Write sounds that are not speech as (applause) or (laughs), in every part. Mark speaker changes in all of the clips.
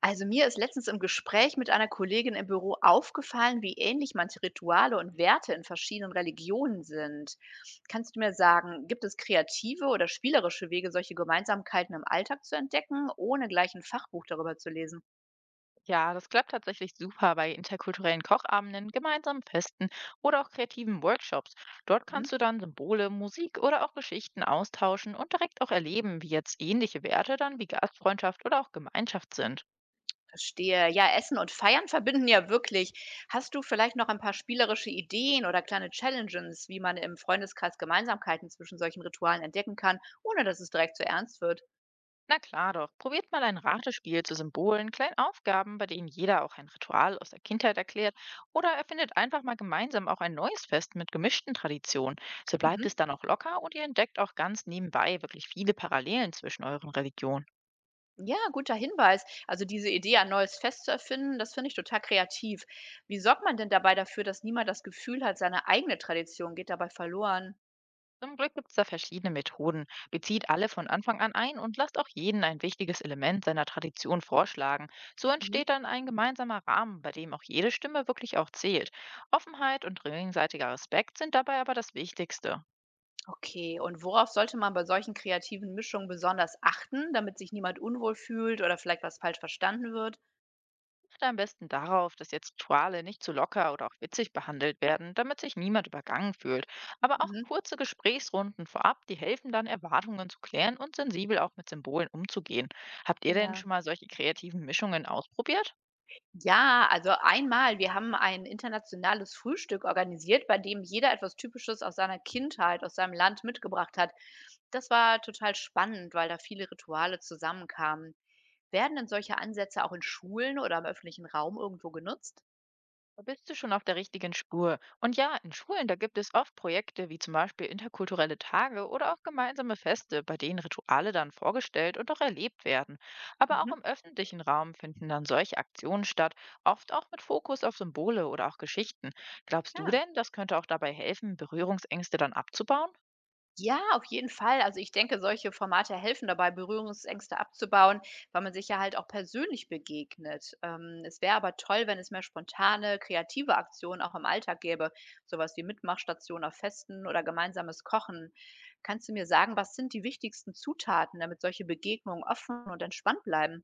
Speaker 1: Also mir ist letztens im Gespräch mit einer Kollegin im Büro aufgefallen, wie ähnlich manche Rituale und Werte in verschiedenen Religionen sind. Kannst du mir sagen, gibt es kreative oder spielerische Wege, solche Gemeinsamkeiten im Alltag zu entdecken, ohne gleich ein Fachbuch darüber zu lesen?
Speaker 2: Ja, das klappt tatsächlich super bei interkulturellen Kochabenden, gemeinsamen Festen oder auch kreativen Workshops. Dort
Speaker 1: Mhm.
Speaker 2: kannst du dann Symbole, Musik oder auch Geschichten austauschen und direkt auch erleben, wie jetzt ähnliche Werte dann wie Gastfreundschaft oder auch Gemeinschaft sind.
Speaker 1: Verstehe. Ja, Essen und Feiern (laughs) verbinden ja wirklich. Hast du vielleicht noch ein paar spielerische Ideen oder kleine Challenges, wie man im Freundeskreis Gemeinsamkeiten zwischen solchen Ritualen entdecken kann, ohne dass es direkt zu ernst wird?
Speaker 2: Na klar doch, probiert mal ein Ratespiel zu Symbolen, kleinen Aufgaben, bei denen jeder auch ein Ritual aus der Kindheit erklärt oder erfindet einfach mal gemeinsam auch ein neues Fest mit gemischten Traditionen. So bleibt es
Speaker 1: Mhm.
Speaker 2: dann auch locker und ihr entdeckt auch ganz nebenbei wirklich viele Parallelen zwischen euren Religionen.
Speaker 1: Ja, guter Hinweis. Also diese Idee, ein neues Fest zu erfinden, das finde ich total kreativ. Wie sorgt man denn dabei dafür, dass niemand das Gefühl hat, seine eigene Tradition geht dabei verloren?
Speaker 2: Zum Glück gibt es da verschiedene Methoden. Bezieht alle von Anfang an ein und lasst auch jeden ein wichtiges Element seiner Tradition vorschlagen. So
Speaker 1: Mhm.
Speaker 2: entsteht dann ein gemeinsamer Rahmen, bei dem auch jede Stimme wirklich auch zählt. Offenheit und gegenseitiger Respekt sind dabei aber das Wichtigste.
Speaker 1: Okay, und worauf sollte man bei solchen kreativen Mischungen besonders achten, damit sich niemand unwohl fühlt oder vielleicht was falsch verstanden wird?
Speaker 2: Achte am besten darauf, dass jetzt Rituale nicht zu locker oder auch witzig behandelt werden, damit sich niemand übergangen fühlt. Aber auch
Speaker 1: Mhm.
Speaker 2: kurze Gesprächsrunden vorab, die helfen dann, Erwartungen zu klären und sensibel auch mit Symbolen umzugehen. Habt ihr denn
Speaker 1: Ja.
Speaker 2: schon mal solche kreativen Mischungen ausprobiert?
Speaker 1: Ja, also einmal, wir haben ein internationales Frühstück organisiert, bei dem jeder etwas Typisches aus seiner Kindheit, aus seinem Land mitgebracht hat. Das war total spannend, weil da viele Rituale zusammenkamen. Werden denn solche Ansätze auch in Schulen oder im öffentlichen Raum irgendwo genutzt?
Speaker 2: Da bist du schon auf der richtigen Spur. Und ja, in Schulen, da gibt es oft Projekte wie zum Beispiel interkulturelle Tage oder auch gemeinsame Feste, bei denen Rituale dann vorgestellt und auch erlebt werden. Aber auch im
Speaker 1: Mhm.
Speaker 2: öffentlichen Raum finden dann solche Aktionen statt, oft auch mit Fokus auf Symbole oder auch Geschichten. Glaubst du
Speaker 1: Ja,
Speaker 2: denn, das könnte auch dabei helfen, Berührungsängste dann abzubauen?
Speaker 1: ja, auf jeden Fall. Also, ich denke, solche Formate helfen dabei, Berührungsängste abzubauen, weil man sich ja halt auch persönlich begegnet. Es wäre aber toll, wenn es mehr spontane, kreative Aktionen auch im Alltag gäbe, sowas wie Mitmachstationen auf Festen oder gemeinsames Kochen. Kannst du mir sagen, was sind die wichtigsten Zutaten, damit solche Begegnungen offen und entspannt bleiben?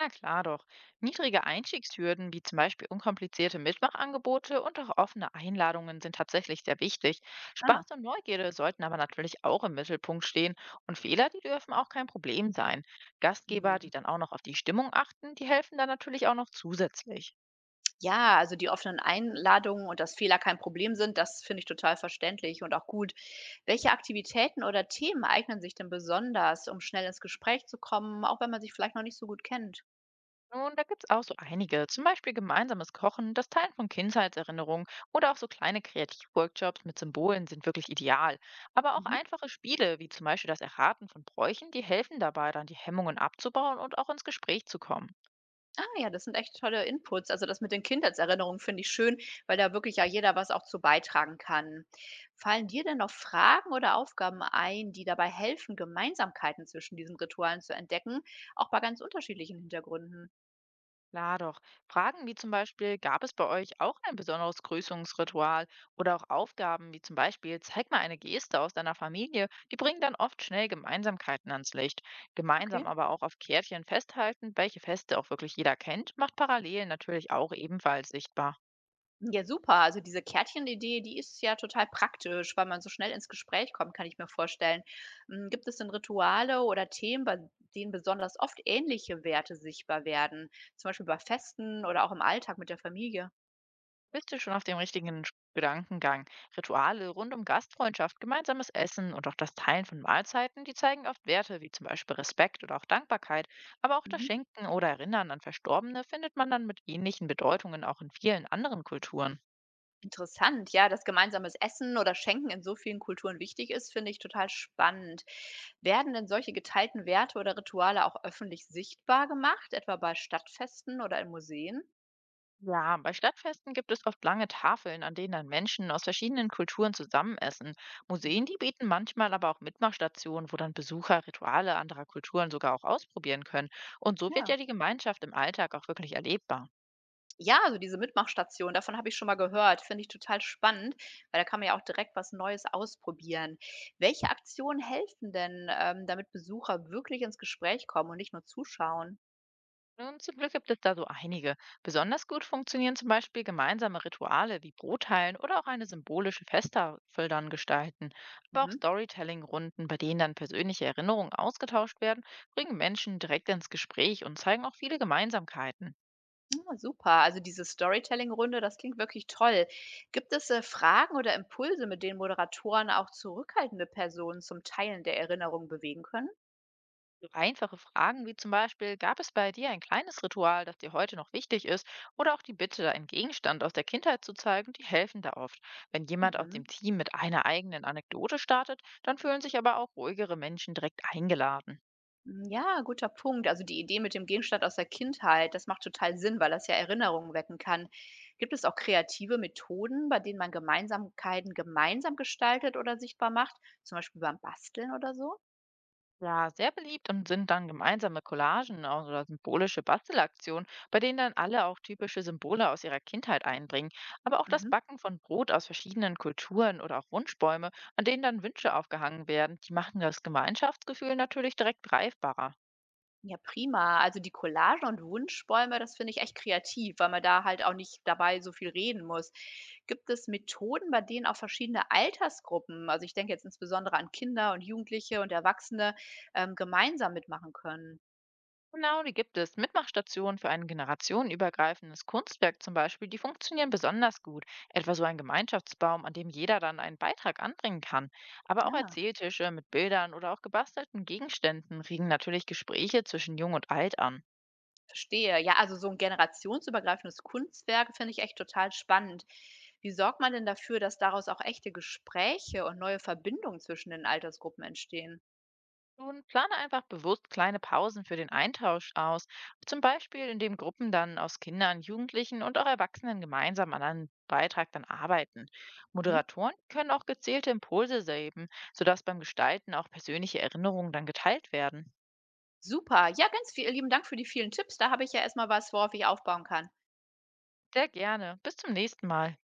Speaker 2: Na klar doch. Niedrige Einstiegshürden wie zum Beispiel unkomplizierte Mitmachangebote und auch offene Einladungen sind tatsächlich sehr wichtig.
Speaker 1: Ah.
Speaker 2: Spaß und Neugierde sollten aber natürlich auch im Mittelpunkt stehen und Fehler, die dürfen auch kein Problem sein. Gastgeber,
Speaker 1: Mhm.
Speaker 2: die dann auch noch auf die Stimmung achten, die helfen dann natürlich auch noch zusätzlich.
Speaker 1: Ja, also die offenen Einladungen und dass Fehler kein Problem sind, das finde ich total verständlich und auch gut. Welche Aktivitäten oder Themen eignen sich denn besonders, um schnell ins Gespräch zu kommen, auch wenn man sich vielleicht noch nicht so gut kennt?
Speaker 2: Nun, da gibt's auch so einige, zum Beispiel gemeinsames Kochen, das Teilen von Kindheitserinnerungen oder auch so kleine Kreativworkshops mit Symbolen sind wirklich ideal. Aber auch
Speaker 1: Mhm.
Speaker 2: einfache Spiele, wie zum Beispiel das Erraten von Bräuchen, die helfen dabei, dann die Hemmungen abzubauen und auch ins Gespräch zu kommen.
Speaker 1: Ah ja, das sind echt tolle Inputs. Also das mit den Kindheitserinnerungen finde ich schön, weil da wirklich ja jeder was auch zu beitragen kann. Fallen dir denn noch Fragen oder Aufgaben ein, die dabei helfen, Gemeinsamkeiten zwischen diesen Ritualen zu entdecken, auch bei ganz unterschiedlichen Hintergründen?
Speaker 2: Klar doch. Fragen wie zum Beispiel, gab es bei euch auch ein besonderes Grüßungsritual oder auch Aufgaben wie zum Beispiel, zeig mal eine Geste aus deiner Familie, die bringen dann oft schnell Gemeinsamkeiten ans Licht.
Speaker 1: Okay.
Speaker 2: Gemeinsam aber auch auf Kärtchen festhalten, welche Feste auch wirklich jeder kennt, macht Parallelen natürlich auch ebenfalls sichtbar.
Speaker 1: Ja, super. Also diese Kärtchenidee, die ist ja total praktisch, weil man so schnell ins Gespräch kommt, kann ich mir vorstellen. Hm, gibt es denn Rituale oder Themen, bei denen besonders oft ähnliche Werte sichtbar werden? Zum Beispiel bei Festen oder auch im Alltag mit der Familie?
Speaker 2: Bist du schon auf dem richtigen Gedankengang? Rituale rund um Gastfreundschaft, gemeinsames Essen und auch das Teilen von Mahlzeiten, die zeigen oft Werte wie zum Beispiel Respekt oder auch Dankbarkeit. Aber auch das
Speaker 1: Mhm.
Speaker 2: Schenken oder Erinnern an Verstorbene findet man dann mit ähnlichen Bedeutungen auch in vielen anderen Kulturen.
Speaker 1: Interessant, ja, dass gemeinsames Essen oder Schenken in so vielen Kulturen wichtig ist, finde ich total spannend. Werden denn solche geteilten Werte oder Rituale auch öffentlich sichtbar gemacht, etwa bei Stadtfesten oder in Museen?
Speaker 2: Ja, bei Stadtfesten gibt es oft lange Tafeln, an denen dann Menschen aus verschiedenen Kulturen zusammenessen. Museen,
Speaker 1: Mhm.
Speaker 2: die bieten manchmal aber auch Mitmachstationen, wo dann Besucher Rituale anderer Kulturen sogar auch ausprobieren können. Und so wird
Speaker 1: Ja.
Speaker 2: ja die Gemeinschaft im Alltag auch wirklich erlebbar.
Speaker 1: Ja, also diese Mitmachstation, davon habe ich schon mal gehört. Finde ich total spannend, weil da kann man ja auch direkt was Neues ausprobieren. Welche Aktionen helfen denn, damit Besucher wirklich ins Gespräch kommen und nicht nur zuschauen?
Speaker 2: Nun, zum Glück gibt es da so einige. Besonders gut funktionieren zum Beispiel gemeinsame Rituale wie Brotteilen oder auch eine symbolische Festtafel dann gestalten. Aber auch
Speaker 1: Mhm.
Speaker 2: Storytelling-Runden, bei denen dann persönliche Erinnerungen ausgetauscht werden, bringen Menschen direkt ins Gespräch und zeigen auch viele Gemeinsamkeiten.
Speaker 1: Ah, super. Also diese Storytelling-Runde, das klingt wirklich toll. Gibt es Fragen oder Impulse, mit denen Moderatoren auch zurückhaltende Personen zum Teilen der Erinnerung bewegen können?
Speaker 2: So einfache Fragen wie zum Beispiel, gab es bei dir ein kleines Ritual, das dir heute noch wichtig ist? Oder auch die Bitte, einen Gegenstand aus der Kindheit zu zeigen, die helfen da oft. Wenn jemand aus dem
Speaker 1: Mhm.
Speaker 2: Team mit einer eigenen Anekdote startet, dann fühlen sich aber auch ruhigere Menschen direkt eingeladen.
Speaker 1: Hm, ja, guter Punkt. Also die Idee mit dem Gegenstand aus der Kindheit, das macht total Sinn, weil das ja Erinnerungen wecken kann. Gibt es auch kreative Methoden, bei denen man Gemeinsamkeiten gemeinsam gestaltet oder sichtbar macht? Zum Beispiel beim Basteln oder so?
Speaker 2: Ja, sehr beliebt und sind dann gemeinsame Collagen oder symbolische Bastelaktionen, bei denen dann alle auch typische Symbole aus ihrer Kindheit einbringen. Aber auch das
Speaker 1: Mhm.
Speaker 2: Backen von Brot aus verschiedenen Kulturen oder auch Wunschbäume, an denen dann Wünsche aufgehangen werden, die machen das Gemeinschaftsgefühl natürlich direkt greifbarer.
Speaker 1: Ja, prima. Also die Collagen und Wunschbäume, das finde ich echt kreativ, weil man da halt auch nicht dabei so viel reden muss. Gibt es Methoden, bei denen auch verschiedene Altersgruppen, also ich denke jetzt insbesondere an Kinder und Jugendliche und Erwachsene, gemeinsam mitmachen können?
Speaker 2: Genau, die gibt es. Mitmachstationen für ein generationenübergreifendes Kunstwerk zum Beispiel, die funktionieren besonders gut. Etwa so ein Gemeinschaftsbaum, an dem jeder dann einen Beitrag anbringen kann. Aber auch
Speaker 1: Ja.
Speaker 2: Erzähltische mit Bildern oder auch gebastelten Gegenständen regen natürlich Gespräche zwischen Jung und Alt an.
Speaker 1: Verstehe. Ja, also so ein generationsübergreifendes Kunstwerk finde ich echt total spannend. Wie sorgt man denn dafür, dass daraus auch echte Gespräche und neue Verbindungen zwischen den Altersgruppen entstehen?
Speaker 2: Nun plane einfach bewusst kleine Pausen für den Eintausch aus, zum Beispiel indem Gruppen dann aus Kindern, Jugendlichen und auch Erwachsenen gemeinsam an einem Beitrag dann arbeiten.
Speaker 1: Mhm.
Speaker 2: Moderatoren können auch gezielte Impulse geben, sodass beim Gestalten auch persönliche Erinnerungen dann geteilt werden.
Speaker 1: Super. Ja, ganz viel lieben Dank für die vielen Tipps. Da habe ich ja erst mal was, worauf ich aufbauen kann.
Speaker 2: Sehr gerne. Bis zum nächsten Mal.